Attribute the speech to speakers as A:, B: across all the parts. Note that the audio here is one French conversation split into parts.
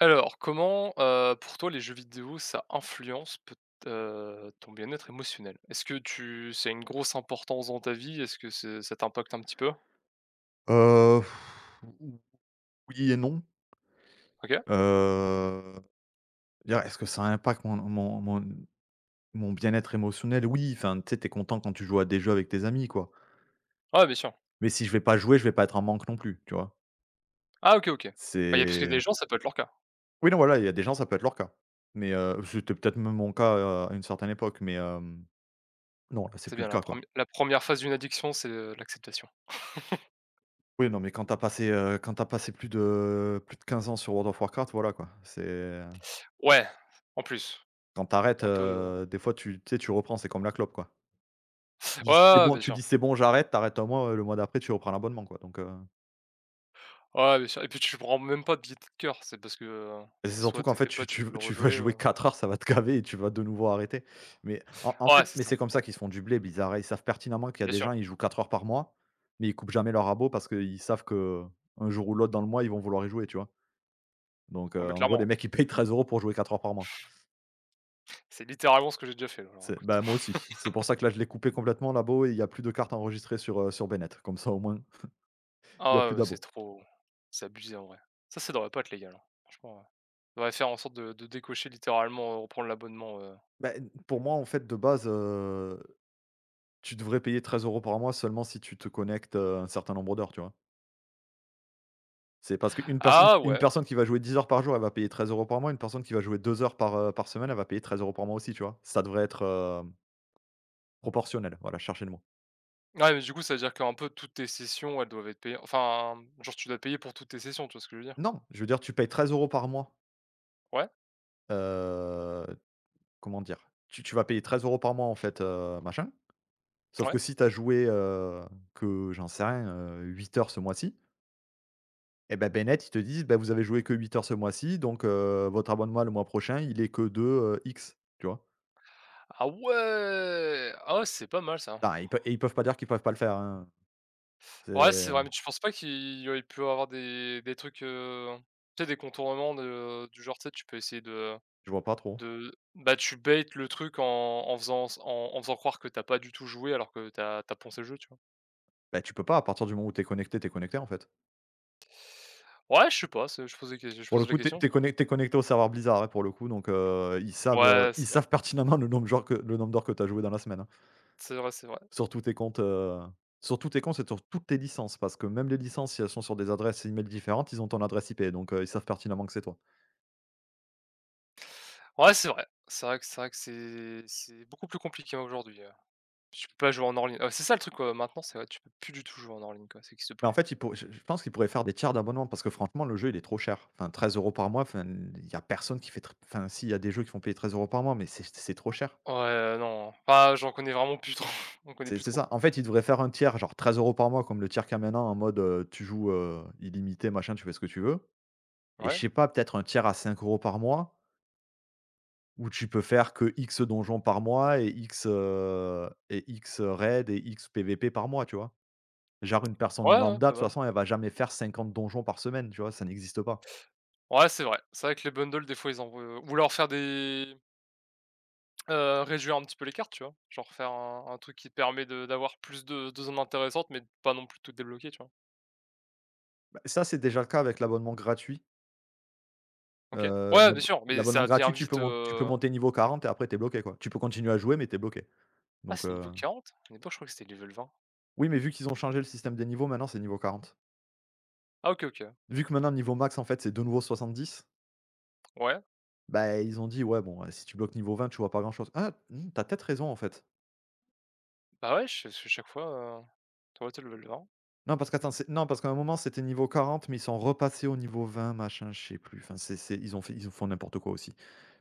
A: Alors, comment, pour toi les jeux vidéo, ça influence peut ton bien-être émotionnel? Est-ce que tu c'est une grosse importance dans ta vie? Est-ce que c'est ça t'impacte un petit peu?
B: Heu, oui et non.
A: OK.
B: Heu, Dire est-ce que ça impacte mon bien-être émotionnel? Oui, enfin, tu sais, t'es content quand tu joues à des jeux avec tes amis, quoi.
A: Ah bien sûr.
B: Mais si je vais pas jouer, je vais pas être en manque non plus, tu vois?
A: Ah OK, OK. Ah il y a parce que des
B: C'est
A: gens ça peut être leur cas.
B: Oui, non, voilà, il y a des gens, ça peut être leur cas. Mais, c'était peut-être même mon cas, à une certaine époque, mais, non, là, c'est
A: C'est
B: plus
A: bien
B: le cas, quoi.
A: la 1re phase d'une addiction c'est, l'acceptation.
B: Oui, non, mais quand t'as passé plus de 15 ans sur World of Warcraft, voilà, quoi. C'est
A: Ouais, en plus,
B: Quand t'arrêtes,
A: un peu, ouais,
B: arrêtes, des fois, tu sais, tu reprends, c'est comme la clope, quoi. Tu dis: «C'est
A: ouais,
B: bon»,
A: bien
B: tu
A: sûr.
B: dis: «C'est bon, j'arrête», t'arrêtes arrêtes 1 mois, le mois d'après, tu reprends l'abonnement, quoi, donc
A: Ouais, bien sûr et puis tu prends même pas de billet de cœur, c'est parce que,
B: et c'est surtout
A: soit
B: qu'en
A: tu
B: fait,
A: tes
B: tu
A: potes qui
B: tu
A: veulent
B: vas tu vas
A: rejouer
B: jouer
A: ou
B: 4 heures, ça va te caver et tu vas de nouveau arrêter. Mais en
A: ouais,
B: fait,
A: c'est
B: mais
A: ça,
B: c'est comme ça qu'ils se font du blé, Blizzard, hein. Ils savent pertinemment qu'il y a
A: bien
B: des
A: sûr.
B: gens, ils jouent 4 heures par mois, mais ils coupent jamais leur abo parce qu'ils savent que un jour ou l'autre dans le mois, ils vont vouloir y jouer, tu vois? Donc,
A: Non mais
B: en gros, les
A: clairement,
B: mecs, ils payent 13 € pour jouer 4 heures par mois.
A: c'est littéralement ce que j'ai déjà fait, alors
B: C'est
A: écoute.
B: Bah, moi aussi. C'est pour ça que là, je l'ai coupé complètement l'abo et il y a plus de cartes enregistrées sur Bennett. Comme ça, au moins, il y a
A: Ah
B: plus
A: ouais, c'est
B: d'abo.
A: trop c'est abusé en vrai. Ça, c'est dans la patte, les gars, là. Franchement, ouais. On faudrait faire en sorte de décocher littéralement, reprendre l'abonnement,
B: Bah, pour moi, en fait, de base, tu devrais payer 13 € par mois seulement si tu te connectes, un certain nombre d'heures, tu vois? C'est parce qu'une personne
A: ah
B: une
A: ouais!
B: personne qui va jouer 10 heures par jour, elle va payer 13 € par mois. Une personne qui va jouer 2 heures par semaine, elle va payer 13 euros par mois aussi, tu vois? Ça devrait être, hem, proportionnel, voilà, cherchez le mot.
A: Ouais, mais du coup, ça veut dire qu'un peu toutes tes sessions, elles doivent être payées. Enfin, genre, tu dois payer pour toutes tes sessions, tu vois ce que je veux dire?
B: Non, je veux dire, tu payes 13 € par mois,
A: Ouais,
B: heu, comment dire? Tu vas payer 13 € par mois, en fait, machin. Sauf
A: ouais.
B: que si tu as joué, que j'en sais rien, 8 heures ce mois-ci. Et bah, ben net, ils te disent: ben vous avez joué que 8 heures ce mois-ci, donc, votre abonnement le mois prochain, il est que de, X», tu vois?
A: Ah ouais! Ah ouais, c'est pas mal ça.
B: Enfin, ils peuvent pas dire qu'ils peuvent pas le faire, hein. C'est
A: Ouais, c'est vrai, mais tu penses pas qu'il y aurait pu avoir des trucs, tu sais, des contournements de du genre, tu sais, tu peux essayer
B: Je vois pas trop.
A: de bah, tu bait le truc en faisant s en en faisant croire que t'as pas du tout joué alors que t'as as tu as poncé le jeu, tu vois?
B: Ben tu peux pas, à partir du moment où t'es connecté, en fait.
A: Ouais, je sais pas, c'est je
B: Pour le
A: pose la
B: coup, t'es
A: question, tu
B: es
A: vois?
B: conne tu connecté au serveur Blizzard, hein, pour le coup, donc, ils savent,
A: Ouais,
B: heu,
A: c'est
B: ils
A: vrai,
B: savent pertinemment le nombre d'heures que t'as joué dans la semaine, hein.
A: c'est vrai.
B: Sur tous tes comptes, et sur toutes tes licences, parce que même les licences, si elles sont sur des adresses email différentes, ils ont ton adresse IP, donc, ils savent pertinemment que c'est toi.
A: Ouais, c'est vrai. C'est vrai que c'est beaucoup plus compliqué aujourd'hui, tu peux pas jouer en hors ligne. Ouais, c'est ça le truc, quoi, maintenant, c'est vrai, tu peux plus du tout jouer en hors ligne, quoi, ça existe
B: Mais en
A: plus.
B: fait, il pour je pense qu'il pourrait faire des tiers d'abonnement parce que franchement, le jeu, il est trop cher. Enfin 13 € par mois, enfin, il y a personne qui fait tr enfin si, il y a des jeux qui font payer 13 € par mois, mais c'est trop cher.
A: Ouais, non, enfin, j'en connais vraiment plus trop, on connais
B: C'est
A: plus
B: c'est
A: trop,
B: ça.
A: quoi.
B: En fait, il devrait faire un tiers, genre 13 € par mois comme le tiers qu'il y a maintenant en mode, tu joues, illimité, machin, tu fais ce que tu veux et je
A: Ouais,
B: sais pas, peut-être un tiers à 5 € par mois où tu peux faire que X donjons par mois et X, raids et X PVP par mois, tu vois? Genre une personne
A: ouais,
B: lambda, de
A: pas
B: toute
A: mal.
B: façon, elle va jamais faire 50 donjons par semaine, tu vois? Ça n'existe pas.
A: Ouais, c'est vrai. C'est vrai que les bundles, des fois, ils envoient ou alors faire des réduire un petit peu les cartes, tu vois? Genre faire un truc qui te permet de d'avoir plus de zones intéressantes, mais de pas non plus tout débloquer, tu vois?
B: Ça, c'est déjà le cas avec l'abonnement gratuit.
A: OK. Ouais, bien sûr, mais
B: L'abonnement
A: ça devient
B: gratuit, tu peux
A: vite,
B: mon tu peux monter niveau 40 et après t'es bloqué, quoi. Tu peux continuer à jouer mais t'es bloqué.
A: ah,
B: Donc,
A: c'est niveau 40. À une je crois que c'était level 20.
B: oui, mais vu qu'ils ont changé le système des niveaux, maintenant c'est niveau 40.
A: Ah OK, OK.
B: Vu que maintenant le niveau max, en fait, c'est de nouveau 70,
A: Ouais,
B: bah, ils ont dit: «Ouais, bon, si tu bloques niveau 20, tu vois pas grand-chose». Ah, tu peut-être raison, en fait.
A: bah, ouais, je parce que chaque fois, tu vois, tu level 20.
B: Non, parce qu'attends, c'est non, parce qu'à un moment, c'était niveau 40 mais ils sont repassés au niveau 20 machin, je sais plus. Enfin, c'est ils ont fait ils font n'importe quoi aussi.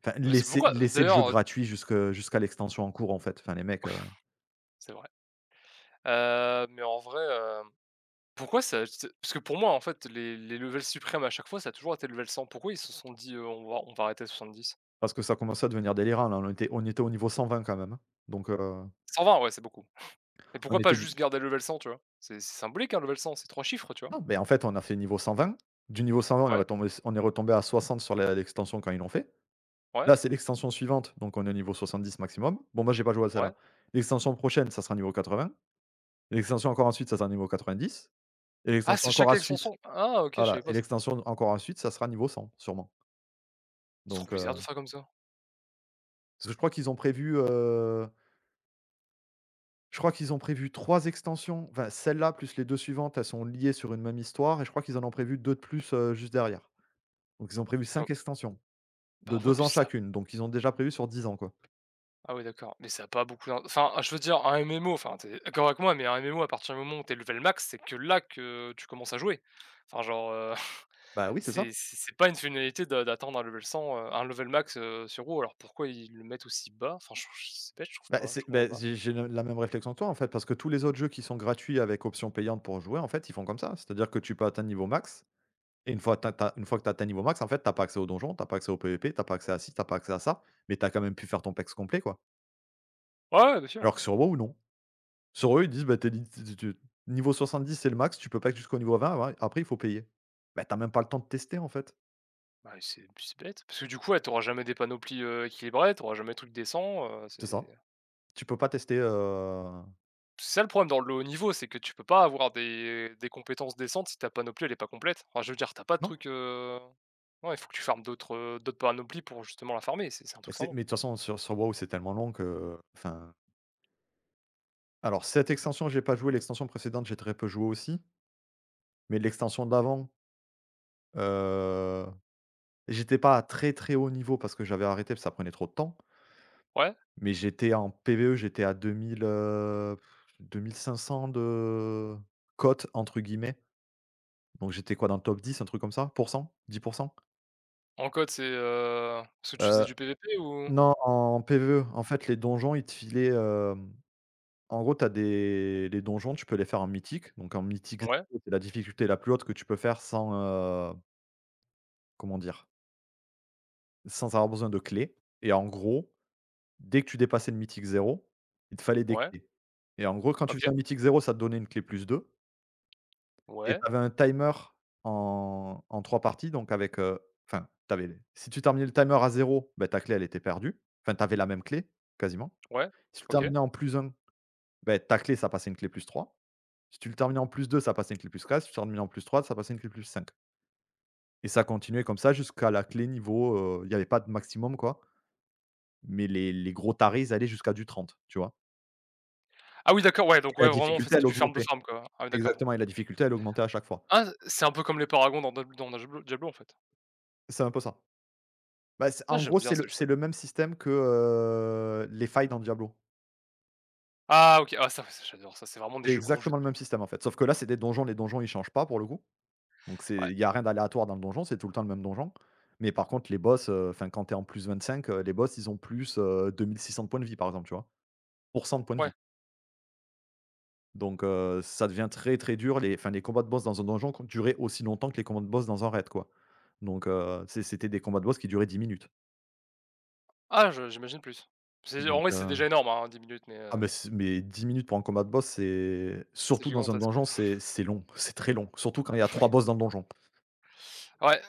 B: Enfin,
A: Mais c'est
B: laisser
A: pourquoi
B: laisser le jeu
A: d'ailleurs,
B: gratuit jusque jusqu'à l'extension en cours, en fait. Enfin, les mecs...
A: c'est vrai. Mais en vrai, pourquoi ça c'est parce que pour moi, en fait, les levels suprêmes à chaque fois, ça a toujours été level 100. Pourquoi ils se sont dit, «On va arrêter à 70»?
B: Parce que ça commençait à devenir délirant, là, on était au niveau 120 quand même, hein, donc,
A: 120, ouais, c'est beaucoup. Et
B: on
A: pourquoi pas
B: était du
A: juste garder level 100, tu vois? C'est symbolique, hein, level 100, c'est 3 chiffres, tu vois?
B: non, mais en fait, on a fait niveau 120. Du niveau 120, on est
A: Ouais,
B: retombé on est retombé à 60 sur la l'extension quand ils l'ont fait.
A: ouais,
B: Là, c'est l'extension suivante, donc on est au niveau 70 maximum. Bon, moi, j'ai pas joué à
A: ouais.
B: celle-là. L'extension prochaine, ça sera niveau 80. L'extension encore ensuite, ça sera niveau 90 et
A: Ah,
B: l'extension
A: c'est
B: encore
A: chaque
B: à suite
A: extension? Ah OK, je
B: voilà,
A: savais pas
B: et
A: ça.
B: l'extension encore ensuite, ça sera niveau 100 sûrement,
A: C'est trop
B: donc,
A: bizarre de faire comme ça.
B: parce que je crois qu'ils ont prévu, je crois qu'ils ont prévu 3 extensions. Enfin, celle-là plus les 2 suivantes, elles sont liées sur une même histoire et je crois qu'ils en ont prévu 2 de plus, juste derrière. Donc ils ont prévu
A: Bah
B: 5 extensions,
A: bah,
B: de
A: ouais,
B: 2
A: plus
B: ans
A: ça
B: chacune, donc ils ont déjà prévu sur 10 ans, quoi.
A: ah ouais, d'accord, mais ça a pas beaucoup d'im enfin, je veux dire, un MMO, enfin, tu d'accord avec moi, mais un MMO à partir du moment où tu level max, c'est que là que tu commences à jouer. Enfin, genre,
B: Bah oui, c'est
A: c'est
B: ça.
A: pas une finalité d'atteindre un level 100, un level max, sur WoW, alors pourquoi ils le mettent aussi bas? Enfin, je c'est bête, je trouve
B: Bah,
A: pas, je
B: c'est
A: comprends
B: bah,
A: pas.
B: j'ai le la même réflexion que toi, en fait, parce que tous les autres jeux qui sont gratuits avec option payante pour jouer, en fait, ils font comme ça. C'est-à-dire que tu peux atteindre niveau max et une fois que tu atteint niveau max, en fait, t'as pas accès au donjon, t'as pas accès au PVP, t'as pas accès à ci, t'as pas accès à ça, mais t'as quand même pu faire ton pex complet, quoi.
A: Ouais, bien sûr.
B: Alors que sur WoW, non. Sur eux, ils disent: «Bah, t'es es tu tu niveau 70, c'est le max, tu peux pas être jusqu'au niveau 20, ouais, après il faut payer». Bah, t'as même pas le temps de tester, en fait.
A: Bah, c'est bête, parce que du coup, ouais, tu jamais des panoplies, équilibrées, tu auras jamais de trucs décents,
B: C'est ça. Tu peux pas tester,
A: c'est ça le problème dans le haut niveau, c'est que tu peux pas avoir des compétences décentes si ta panoplie elle est pas complète. Enfin, je veux dire, t'as pas de
B: non.
A: trucs ouais, il faut que tu farmes d'autres, d'autres panoplies pour justement la farmer, c'est un
B: Mais
A: truc sans
B: c'est
A: nom.
B: mais de toute façon, sur WoW, c'est tellement long que enfin, alors cette extension, j'ai pas joué, l'extension précédente, j'ai très peu joué aussi, mais l'extension d'avant, heu, j'étais pas à très, très haut niveau parce que j'avais arrêté, parce que ça prenait trop de temps,
A: Ouais,
B: mais j'étais en PVE, j'étais à 2000, 2500 de «cote» entre guillemets. Donc j'étais quoi dans le top 10, un truc comme ça? Pourcent? 10.
A: en code c'est, parce que tu faisais
B: Heu,
A: du PVP ou?
B: non, en PvE, en fait, les donjons, ils te filaient, en gros, t'as as des les donjons, tu peux les faire en mythique. Donc en mythique
A: Ouais,
B: 0, c'est la difficulté la plus haute que tu peux faire sans, comment dire? Sans avoir besoin de clés et en gros, dès que tu dépassais le mythique zéro, il te fallait des
A: ouais,
B: clés et en gros, quand tu faisais un
A: OK,
B: mythique zéro, ça te donnait une clé +2. Et tu
A: ouais,
B: avais un timer en 3 parties, donc avec, enfin, t'avais. Avais si tu terminais le timer à zéro, bah, ta clé, elle était perdue. Enfin, tu avais la même clé, quasiment.
A: ouais,
B: Si tu le
A: OK.
B: terminais en +1, bah, ta clé, ça passait une clé +3. Si tu le terminais en +2, ça passait une clé +4. Si tu le terminais en +3, ça passait une clé +5. Et ça continuait comme ça jusqu'à la clé niveau, il y avait pas de maximum, quoi, mais les gros tarés, ils allaient jusqu'à du 30, tu vois?
A: Ah oui d'accord, ouais,
B: Et
A: donc
B: la
A: ouais, vraiment en fait,
B: difficulté, elle
A: c'est du farm de
B: augmentait.
A: farm quoi. Ah oui d'accord.
B: Exactement et la difficulté, elle augmentait à chaque fois.
A: Ah, c'est un peu comme les paragons dans Diablo en fait.
B: C'est un peu ça. Bah,
A: Ah, j'aime bien
B: c'est
A: ça
B: le
A: justement.
B: même système que, les failles dans Diablo.
A: Ah OK, ah ça ouais, ça j'adore ça, c'est vraiment des
B: C'est
A: jeux gros jeux de
B: exactement le même système, en fait. Sauf que là, c'est des donjons, les donjons, ils changent pas pour le coup. Donc c'est
A: ouais,
B: il y a rien d'aléatoire dans le donjon, c'est tout le temps le même donjon. Mais par contre, les boss, enfin, quand tu es en +25, les boss, ils ont plus, 2 600 de points de vie, par exemple, tu vois? Pour 100 de points de
A: ouais.
B: vie. Donc, ça devient très, très dur. Les combats de boss dans un donjon co duraient aussi longtemps que les combats de boss dans un raid, quoi. C'était des combats de boss qui duraient 10 minutes.
A: Ah je j'imagine plus. C'est en
B: Donc
A: vrai, c'est
B: heu
A: déjà énorme, hein, 10 minutes mais
B: Ah mais c'est mais 10 minutes pour un combat de boss, c'est
A: c'est
B: surtout dans un
A: gigantesque, ouais.
B: donjon, c'est long, c'est très long, surtout quand il y a 3 boss dans le donjon.
A: Ouais,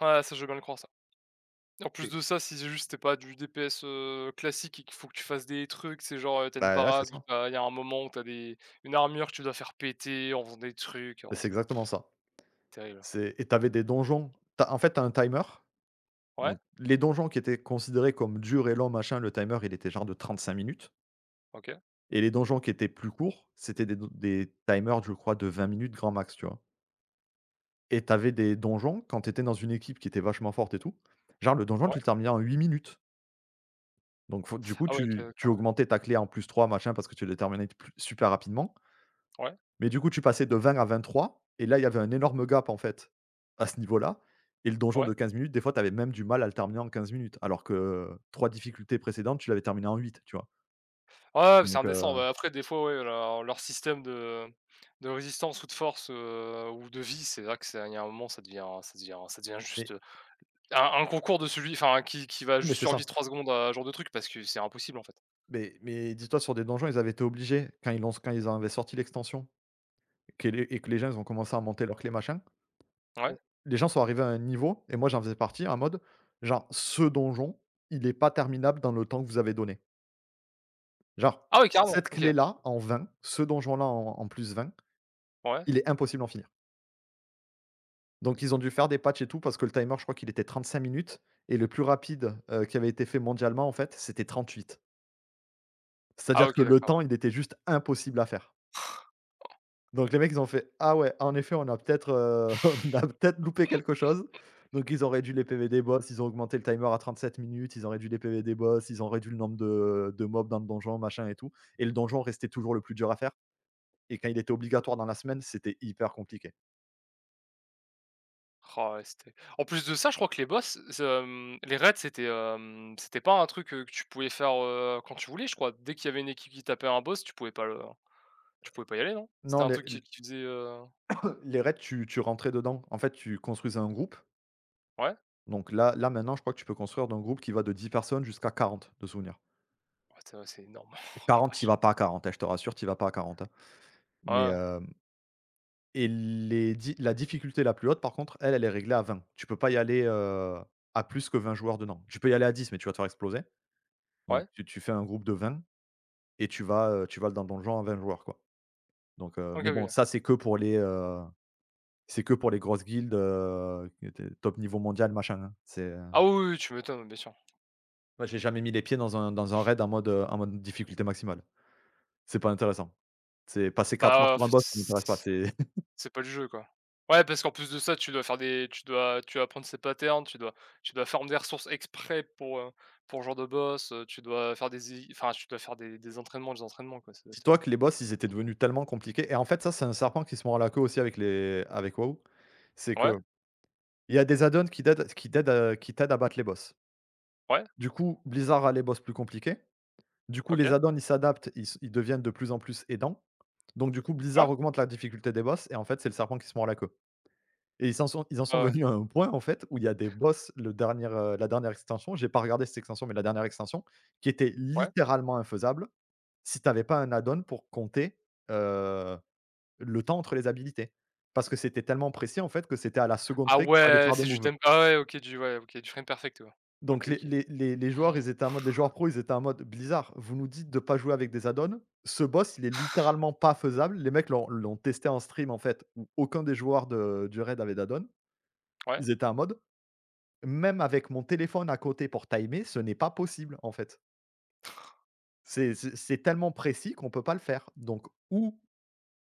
A: ouais, ça je veux bien le croire ça. En plus
B: Et
A: de ça, si c'est juste t'es pas du DPS, classique et qu'il faut que tu fasses des trucs, c'est genre, tu une
B: bah, ouais, c'est
A: parade où
B: ça.
A: t'as il y a un moment où t'as des une armure que tu dois faire péter en faisant des trucs,
B: Bah,
A: oh
B: c'est
A: c'est
B: exactement ça.
A: terrible.
B: C'est et t'avais des donjons, tu en fait, t'as un timer,
A: Ouais,
B: donc les donjons qui étaient considérés comme durs et longs, machin, le timer, il était genre de 35 minutes,
A: OK,
B: et les donjons qui étaient plus courts, c'était des don des timers, je crois, de 20 minutes grand max, tu vois? Et t'avais des donjons, quand t'étais dans une équipe qui était vachement forte et tout, genre le donjon, tu
A: ouais.
B: le terminais en 8 minutes. Donc faut Du coup,
A: Ah ouais OK
B: tu
A: d'accord, ouais.
B: augmentais ta clé en plus trois machin parce que tu les terminais plus super rapidement.
A: Ouais,
B: Mais du coup, tu passais de 20 à 23 et là, il y avait un énorme gap en fait, à ce niveau-là, et le donjon
A: ouais.
B: de 15 minutes, des fois, tu avais même du mal à le terminer en 15 minutes alors que 3 difficultés précédentes, tu l'avais terminé en huit, tu vois?
A: Ouais, c'est
B: Donc
A: indécent.
B: heu,
A: Bah, après des fois, ouais, leur système de résistance ou de force, ou de vie, c'est vrai que c'est il y a un moment, ça devient ça devient
B: mais
A: juste, un concours de celui enfin, qui va
B: mais
A: juste
B: c'est ça.
A: survivre 3 secondes à ce genre de truc parce que c'est impossible, en fait.
B: Mais dis-toi sur des donjons, ils avaient été obligés quand ils avaient sorti l'extension, que les gens, ils ont commencé à monter leur clé machin.
A: Ouais.
B: On Les gens sont arrivés à un niveau et moi j'en faisais partie en mode, genre: «Ce donjon, il est pas terminable dans le temps que vous avez donné». Genre:
A: Ah oui, carrément,
B: «Cette
A: OK.
B: clé-là en 20 Ce donjon-là en plus 20,
A: Ouais.
B: il est impossible d'en finir». Donc ils ont dû faire des patchs et tout parce que le timer, je crois qu'il était 35 minutes, et le plus rapide, qui avait été fait mondialement en fait, c'était 38.
A: Ah
B: C'est-à-dire
A: OK,
B: que le
A: d'accord,
B: temps,
A: ouais.
B: il était juste impossible à faire. Donc les mecs, ils ont fait: «Ah ouais, en effet, on a peut-être, on a peut-être loupé quelque chose». Donc ils ont réduit les PV des boss, ils ont augmenté le timer à 37 minutes, ils ont réduit les PV des boss, ils ont réduit le nombre de mobs dans le donjon, machin et tout, et le donjon restait toujours le plus dur à faire, et quand il était obligatoire dans la semaine, c'était hyper compliqué.
A: Oh ouais, c'était en plus de ça, je crois que les boss, les raids, c'était, c'était pas un truc, que tu pouvais faire, quand tu voulais, je crois. Dès qu'il y avait une équipe qui tapait un boss, tu pouvais pas le tu pouvais pas y aller, non? C'était
B: Non,
A: un
B: les
A: truc
B: l
A: qui faisait,
B: Les raids, tu rentrais dedans. En fait, tu construisais un groupe.
A: ouais?
B: Donc, maintenant, je crois que tu peux construire d'un groupe qui va de 10 personnes jusqu'à 40 de souvenir.
A: Ouais, c'est vrai, c'est énorme. Oh la
B: Quarante, tu
A: vache.
B: vas pas à 40 hein, je te rassure, tu vas pas à 40 hein. Mais,
A: Ouais,
B: hem et les di la difficulté la plus haute, par contre, elle, elle est réglée à 20. Tu peux pas y aller, à plus que 20 joueurs dedans. Tu peux y aller à 10, mais tu vas te faire exploser.
A: ouais.
B: Donc
A: Ouais?
B: tu fais un groupe de 20 et tu vas dans le donjon à 20 joueurs, quoi.
A: OK,
B: Mais bon,
A: OK.
B: ça, c'est que pour les, c'est que pour les grosses guildes, qui étaient top niveau mondial, machin, hein.
A: Ah oui, oui, tu m'étonnes, bien sûr.
B: Moi, j'ai jamais mis les pieds dans un raid en mode difficulté maximale. C'est pas intéressant. C'est passer 4 heures
A: Bah,
B: sur un
A: f
B: boss, ça
A: c
B: m'intéresse pas. C'est...
A: c'est pas le jeu, quoi. Ouais, parce qu'en plus de ça, tu dois apprendre ses patterns, tu dois faire des ressources exprès pour le genre de boss, tu dois faire des i enfin, tu dois faire des entraînements, quoi, ça doit être,
B: Dis-toi que les boss, ils étaient devenus tellement compliqués, et en fait, ça, c'est un serpent qui se mord la queue aussi avec les avec WoW. C'est
A: ouais,
B: que il y a des add-ons qui t'aident, qui t'aident à battre les boss.
A: ouais,
B: Du coup, Blizzard a les boss plus compliqués. Du coup, les
A: OK,
B: add-ons, ils s'adaptent, ils deviennent de plus en plus aidants. Donc du coup,
A: ouais,
B: Blizzard augmente la difficulté des boss, et en fait, c'est le serpent qui se mord la queue, et ils en
A: ouais,
B: sont
A: ouais,
B: venus à un point, en fait, où il y a des boss, la dernière extension, j'ai pas regardé cette extension, mais la dernière extension, qui était
A: ouais.
B: littéralement infaisable si t'avais pas un add-on pour compter, heu le temps entre les habilités. Parce que c'était tellement précis, en fait, que c'était à la seconde
A: Ah
B: près qu'il fallait
A: ouais,
B: faire des
A: c'est du
B: moves.
A: temp ah ouais, OK, du frame perfect, ouais.
B: Donc
A: OK,
B: les
A: OK.
B: les les les joueurs,
A: Oh,
B: ils étaient en mode, les joueurs pro, ils étaient en mode: «Blizzard, vous nous dites de pas jouer avec des add-ons, ce boss, il est littéralement pas faisable». Les mecs l'ont testé en stream, en fait, où aucun des joueurs de du raid avait d'add-on.
A: ouais.
B: Ils étaient en mode: «Même avec mon téléphone à côté pour timer, ce n'est pas possible, en fait. C'est tellement précis qu'on peut pas le faire. Donc ou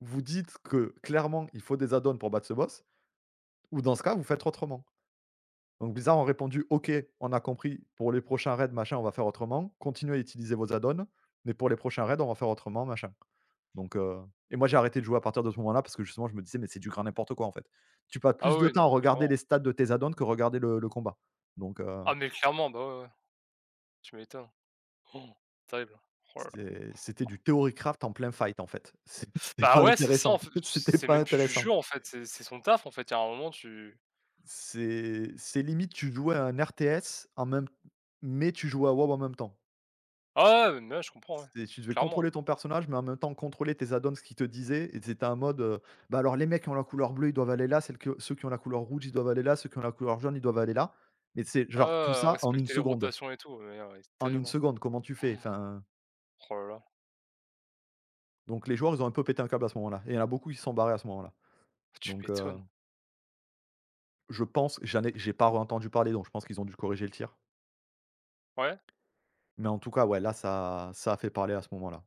B: vous dites que clairement il faut des add-ons pour battre ce boss, ou dans ce cas, vous faites autrement». Donc Blizzard ont répondu: «OK, on a compris, pour les prochains raids, machin, on va faire autrement. Continuez à utiliser vos add-ons, mais pour les prochains raids, on va faire autrement, machin». Donc heu et moi, j'ai arrêté de jouer à partir de ce moment-là parce que justement, je me disais: «Mais c'est du grand n'importe quoi, en fait». Tu passes
A: Ah
B: plus
A: oui,
B: de temps
A: non
B: à
A: mais
B: regarder les
A: clairement.
B: stats de tes add-ons que regarder le combat. Donc heu,
A: Ah mais clairement, bah, ouais, ouais, tu m'étonnes. C'est horrible. Oh là là.
B: c'était du theorycraft en plein fight, en fait. C'était
A: Bah
B: pas
A: ouais, c'est ça en
B: intéressant,
A: fait,
B: c'était
A: c'est
B: pas
A: même plus du
B: intéressant.
A: jeu en fait, c'est son taf en fait. Il y a un moment tu
B: C'est limite, tu jouais à un RTS en même mais tu jouais à WoW en même temps.
A: ah ouais, mais ouais, je comprends, ouais,
B: C'est tu devais
A: clairement.
B: contrôler ton personnage, mais en même temps contrôler tes add-ons qui te disaient, et c'était un mode, bah, alors les mecs qui ont la couleur bleue, ils doivent aller là, celles que ceux qui ont la couleur rouge, ils doivent aller là, ceux qui ont la couleur jaune, ils doivent aller là. Mais c'est genre tout
A: Ah ouais,
B: ça en une
A: respecter les
B: seconde.
A: rotations et tout, mais, c'est
B: En une
A: terrible, hein.
B: seconde, comment tu fais? Enfin,
A: Oh là là,
B: donc les joueurs, ils ont un peu pété un câble à ce moment-là, et il y en a beaucoup qui se sont barrés à ce moment-là.
A: tu
B: Donc, heu,
A: m'étonnes.
B: je pense, j'ai pas entendu parler, donc je pense qu'ils ont dû corriger le tir.
A: Ouais.
B: Mais en tout cas, ouais, là, ça a fait parler à ce moment-là.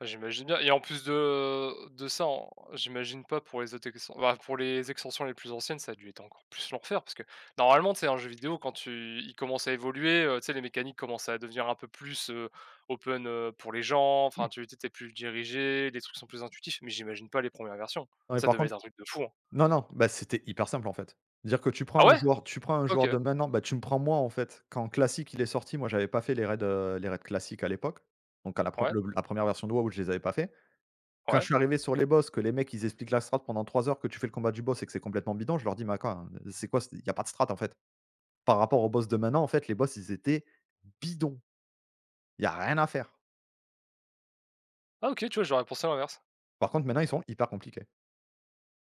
A: Bah, j'imagine bien et en plus de ça, en j'imagine pas pour les autres extensions. Bah, pour les extensions les plus anciennes, ça a dû être encore plus l'enfer parce que normalement, tu sais, un jeu vidéo quand tu il commence à évoluer, tu sais, les mécaniques commencent à devenir un peu plus, open, pour les gens, enfin,
B: Oui.
A: tu plus dirigé, les trucs sont plus intuitifs, mais j'imagine pas les premières versions.
B: Non, mais
A: Ça
B: par
A: devait être
B: contre
A: un truc de fou, hein?
B: non, non, bah, c'était hyper simple, en fait. Dire que
A: Ah ouais?
B: tu prends un
A: OK,
B: joueur de maintenant, bah, tu me prends moi, en fait. Quand classique, il est sorti, moi, j'avais pas fait les raids classiques à l'époque, donc à la pre
A: ouais,
B: le la 1re version de WoW, je les avais pas fait. Quand je
A: ouais.
B: suis arrivé sur les boss, que les mecs ils expliquent la strat pendant 3 heures, que tu fais le combat du boss et que c'est complètement bidon, je leur dis: «Mais quoi, c'est quoi? Il y a pas de strat en fait». Par rapport aux boss de maintenant, en fait, les boss ils étaient bidons. Il y a rien à faire.
A: Ah OK, tu vois, j'aurais pensé à l'inverse.
B: Par contre maintenant, ils sont hyper compliqués.